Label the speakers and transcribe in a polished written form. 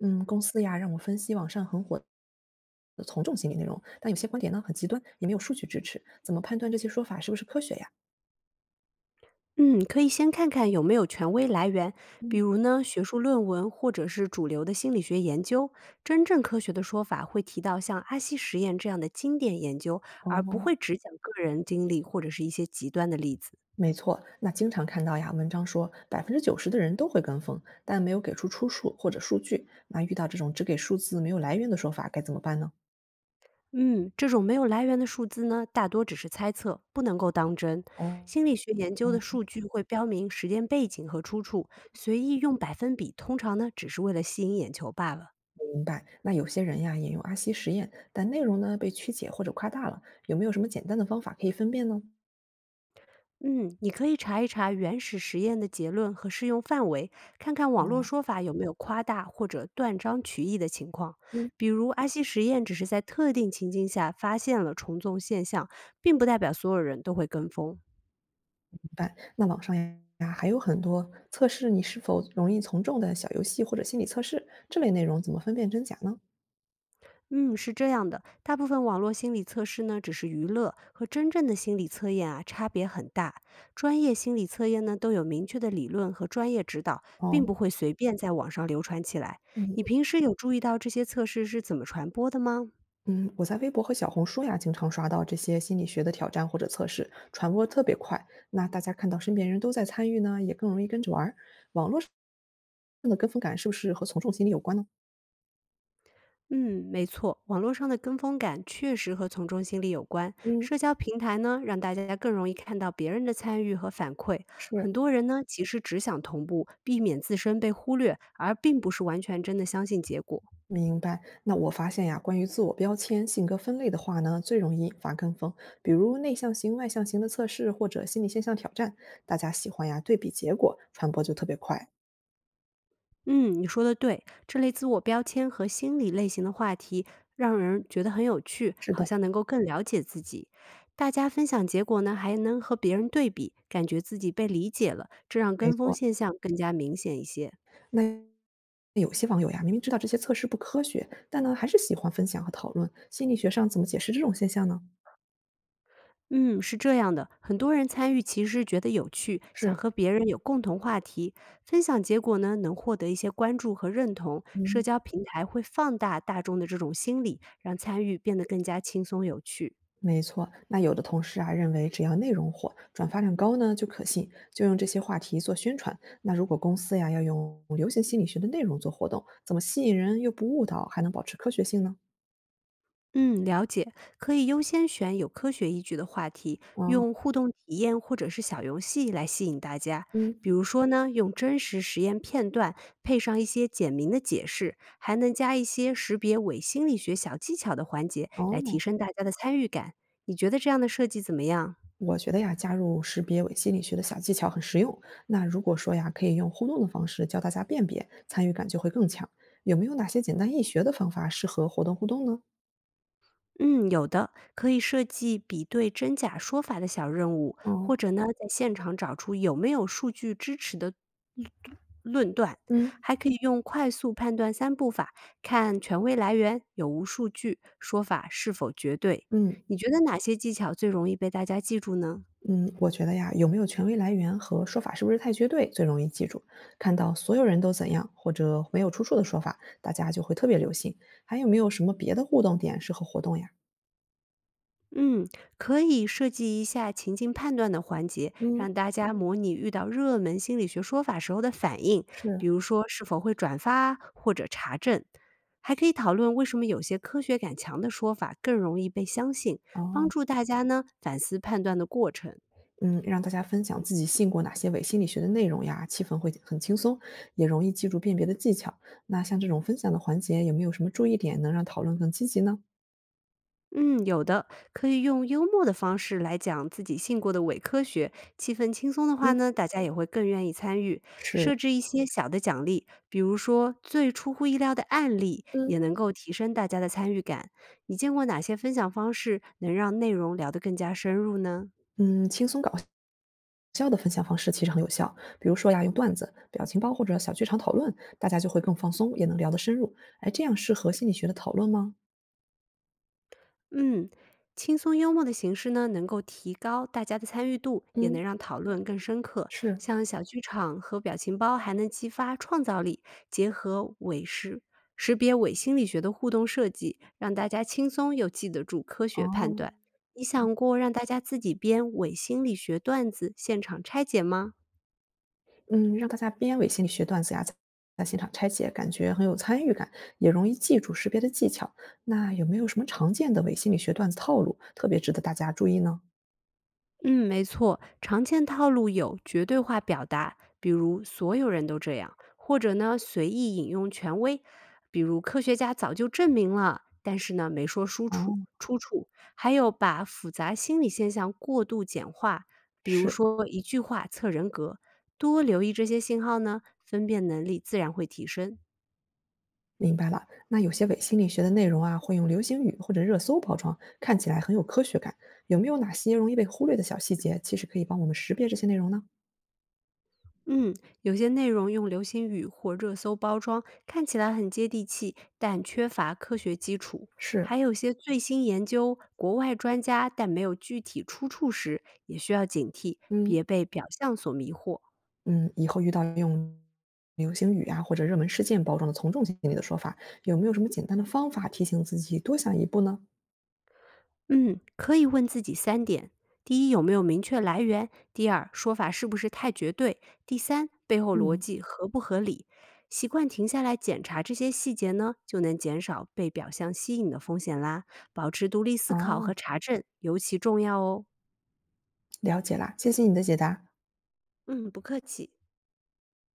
Speaker 1: 嗯，公司呀让我分析网上很火的从众心理内容，但有些观点呢很极端，也没有数据支持，怎么判断这些说法是不是科学呀？
Speaker 2: 嗯，可以先看看有没有权威来源，比
Speaker 1: 嗯，
Speaker 2: 如呢，学术论文或者是主流的心理学研究。真正科学的说法会提到像阿西实验这样的经典研究，而不
Speaker 1: 哦，
Speaker 2: 会只讲个人经历或者是一些极端的例子。
Speaker 1: 没错，那经常看到呀，文章说百分之九十的人都会跟风，但没有给出出处或者数据。那遇到这种只给数字没有来源的说法该怎么办呢？
Speaker 2: 嗯，这种没有来源的数字呢，大多只是猜测，不能够当真。
Speaker 1: 哦，
Speaker 2: 心理学研究的数据会标明实践背景和出处，随意用百分比，通常呢，只是为了吸引眼球罢了。
Speaker 1: 明白。那有些人呀引用阿西实验，但内容呢被曲解或者夸大了，有没有什么简单的方法可以分辨呢？
Speaker 2: 嗯，你可以查一查原始实验的结论和适用范围，看看网络
Speaker 1: 哦，
Speaker 2: 说法有没有夸大或者断章取义的情况。
Speaker 1: 嗯。
Speaker 2: 比如，阿西实验只是在特定情境下发现了重纵现象，并不代表所有人都会跟风。
Speaker 1: 办。那网上呀，还有很多测试你是否容易从众的小游戏或者心理测试，这类内容怎么分辨真假呢？
Speaker 2: 嗯，是这样的，大部分网络心理测试呢只是娱乐，和真正的心理测验啊差别很大。专业心理测验呢都有明确的理论和专业指导，
Speaker 1: 哦，
Speaker 2: 并不会随便在网上流传起来。你
Speaker 1: 嗯
Speaker 2: 平时有注意到这些测试是怎么传播的吗？
Speaker 1: 嗯，我在微博和小红书呀，经常刷到这些心理学的挑战或者测试，传播特别快。那大家看到身边人都在参与呢，也更容易跟着玩儿。网络上的跟风感是不是和从众心理有关呢？
Speaker 2: 嗯，没错，网络上的跟风感确实和从众心理有关。
Speaker 1: 嗯，
Speaker 2: 社交平台呢，让大家更容易看到别人的参与和反馈。很
Speaker 1: 是。
Speaker 2: 多人呢，其实只想同步，避免自身被忽略，而并不是完全真的相信结果。
Speaker 1: 明白，那我发现呀，关于自我标签、性格分类的话呢，最容易引发跟风，比如内向型、外向型的测试或者心理现象挑战，大家喜欢呀对比结果，传播就特别快。
Speaker 2: 嗯，你说的对，这类自我标签和心理类型的话题，让人觉得很有趣，
Speaker 1: 是
Speaker 2: 好
Speaker 1: 的，
Speaker 2: 像能够更了解自己。大家分享结果呢，还能和别人对比，感觉自己被理解了，这让
Speaker 1: 没
Speaker 2: 跟风
Speaker 1: 错。
Speaker 2: 现象更加明显一些。
Speaker 1: 那有些网友呀，明明知道这些测试不科学，但呢还是喜欢分享和讨论。心理学上怎么解释这种现象呢？
Speaker 2: 嗯，是这样的，很多人参与其实觉得有趣，想
Speaker 1: 是，
Speaker 2: 和别人有共同话题，分享结果呢，能获得一些关注和认同。社
Speaker 1: 嗯。
Speaker 2: 交平台会放大大众的这种心理，让参与变得更加轻松有趣。
Speaker 1: 没错，那有的同事啊认为，只要内容火、转发量高呢就可信，就用这些话题做宣传。那如果公司呀要用流行心理学的内容做活动，怎么吸引人又不误导，还能保持科学性呢？
Speaker 2: 嗯，了解，可以优先选有科学依据的话题，
Speaker 1: 哦，
Speaker 2: 用互动体验或者是小游戏来吸引大家。
Speaker 1: 嗯，
Speaker 2: 比如说呢，用真实实验片段配上一些简明的解释，还能加一些识别伪心理学小技巧的环节，来提
Speaker 1: 哦，
Speaker 2: 升大家的参与感。你觉得这样的设计怎么样？
Speaker 1: 我觉得呀，加入识别伪心理学的小技巧很实用。那如果说呀，可以用互动的方式教大家辨别，参与感就会更强。有没有哪些简单易学的方法适合活动互动呢？
Speaker 2: 嗯，有的，可以设计比对真假说法的小任务，
Speaker 1: 哦，
Speaker 2: 或者呢，在现场找出有没有数据支持的论断，
Speaker 1: 嗯
Speaker 2: 还可以用快速判断三步法，看权威来源有无数据，说法是否绝对。
Speaker 1: 嗯。
Speaker 2: 你觉得哪些技巧最容易被大家记住呢？
Speaker 1: 嗯，我觉得呀，有没有权威来源和说法是不是太绝对，最容易记住。看到所有人都怎样或者没有出处的说法，大家就会特别留心。还有没有什么别的互动点适合活动呀？
Speaker 2: 嗯，可以设计一下情境判断的环节，
Speaker 1: 嗯，
Speaker 2: 让大家模拟遇到热门心理学说法时候的反应，比
Speaker 1: 是
Speaker 2: 如说是否会转发啊或者查证。还可以讨论为什么有些科学感强的说法更容易被相信，帮
Speaker 1: 哦，
Speaker 2: 助大家呢反思判断的过程。
Speaker 1: 嗯，让大家分享自己信过哪些伪心理学的内容呀，气氛会很轻松，也容易记住辨别的技巧。那像这种分享的环节，有没有什么注意点能让讨论更积极呢？
Speaker 2: 嗯，有的，可以用幽默的方式来讲自己信过的伪科学，气氛轻松的话
Speaker 1: 嗯
Speaker 2: 呢，大家也会更愿意参与。设
Speaker 1: 是，
Speaker 2: 置一些小的奖励，比如说最出乎意料的案例，
Speaker 1: 嗯
Speaker 2: 也能够提升大家的参与感。你见过哪些分享方式能让内容聊得更加深入呢？
Speaker 1: 嗯，轻松搞效的分享方式其实很有效，比如说呀，用段子、表情包或者小剧场讨论，大家就会更放松，也能聊得深入。哎，这样适合心理学的讨论吗？
Speaker 2: 嗯，轻松幽默的形式呢，能够提高大家的参与度，也
Speaker 1: 嗯，
Speaker 2: 能让讨论更深刻。
Speaker 1: 是，
Speaker 2: 像小剧场和表情包还能激发创造力，结合识别伪心理学的互动设计，让大家轻松又记得住科学判
Speaker 1: 哦，
Speaker 2: 断。你想过让大家自己编伪心理学段子，现场拆解吗？
Speaker 1: 嗯，让大家编伪心理学段子呀，在现场拆解，感觉很有参与感，也容易记住识别的技巧。那有没有什么常见的伪心理学段子套路，特别值得大家注意呢？
Speaker 2: 嗯，没错，常见套路有绝对化表达，比如“所有人都这样”，或者呢随意引用权威，比如“科学家早就证明了”，但是呢没说出处
Speaker 1: 哦，
Speaker 2: 出处。还有把复杂心理现象过度简化，比如
Speaker 1: 是，
Speaker 2: 说一句话测人格。多留意这些信号呢，分辨能力自然会提升。
Speaker 1: 明白了，那有些伪心理学的内容啊，会用流行语或者热搜包装，看起来很有科学感。有没有哪些容易被忽略的小细节，其实可以帮我们识别这些内容呢？
Speaker 2: 嗯，有些内容用流行语或热搜包装，看起来很接地气，但缺乏科学基础。
Speaker 1: 是，
Speaker 2: 还有些最新研究、国外专家，但没有具体出处时，也需要警惕，
Speaker 1: 嗯
Speaker 2: 别被表象所迷惑。
Speaker 1: 嗯，以后遇到用流行语啊或者热门事件包装的从众心理的说法，有没有什么简单的方法提醒自己多想一步呢？
Speaker 2: 嗯，可以问自己三点：第一，有没有明确来源；第二，说法是不是太绝对；第三，背后逻
Speaker 1: 嗯，
Speaker 2: 辑合不合理。习惯停下来检查这些细节呢，就能减少被表象吸引的风险啦。保持独立思考
Speaker 1: 哦，
Speaker 2: 和查证尤其重要哦。
Speaker 1: 了解啦，谢谢你的解答。
Speaker 2: 嗯，不客气。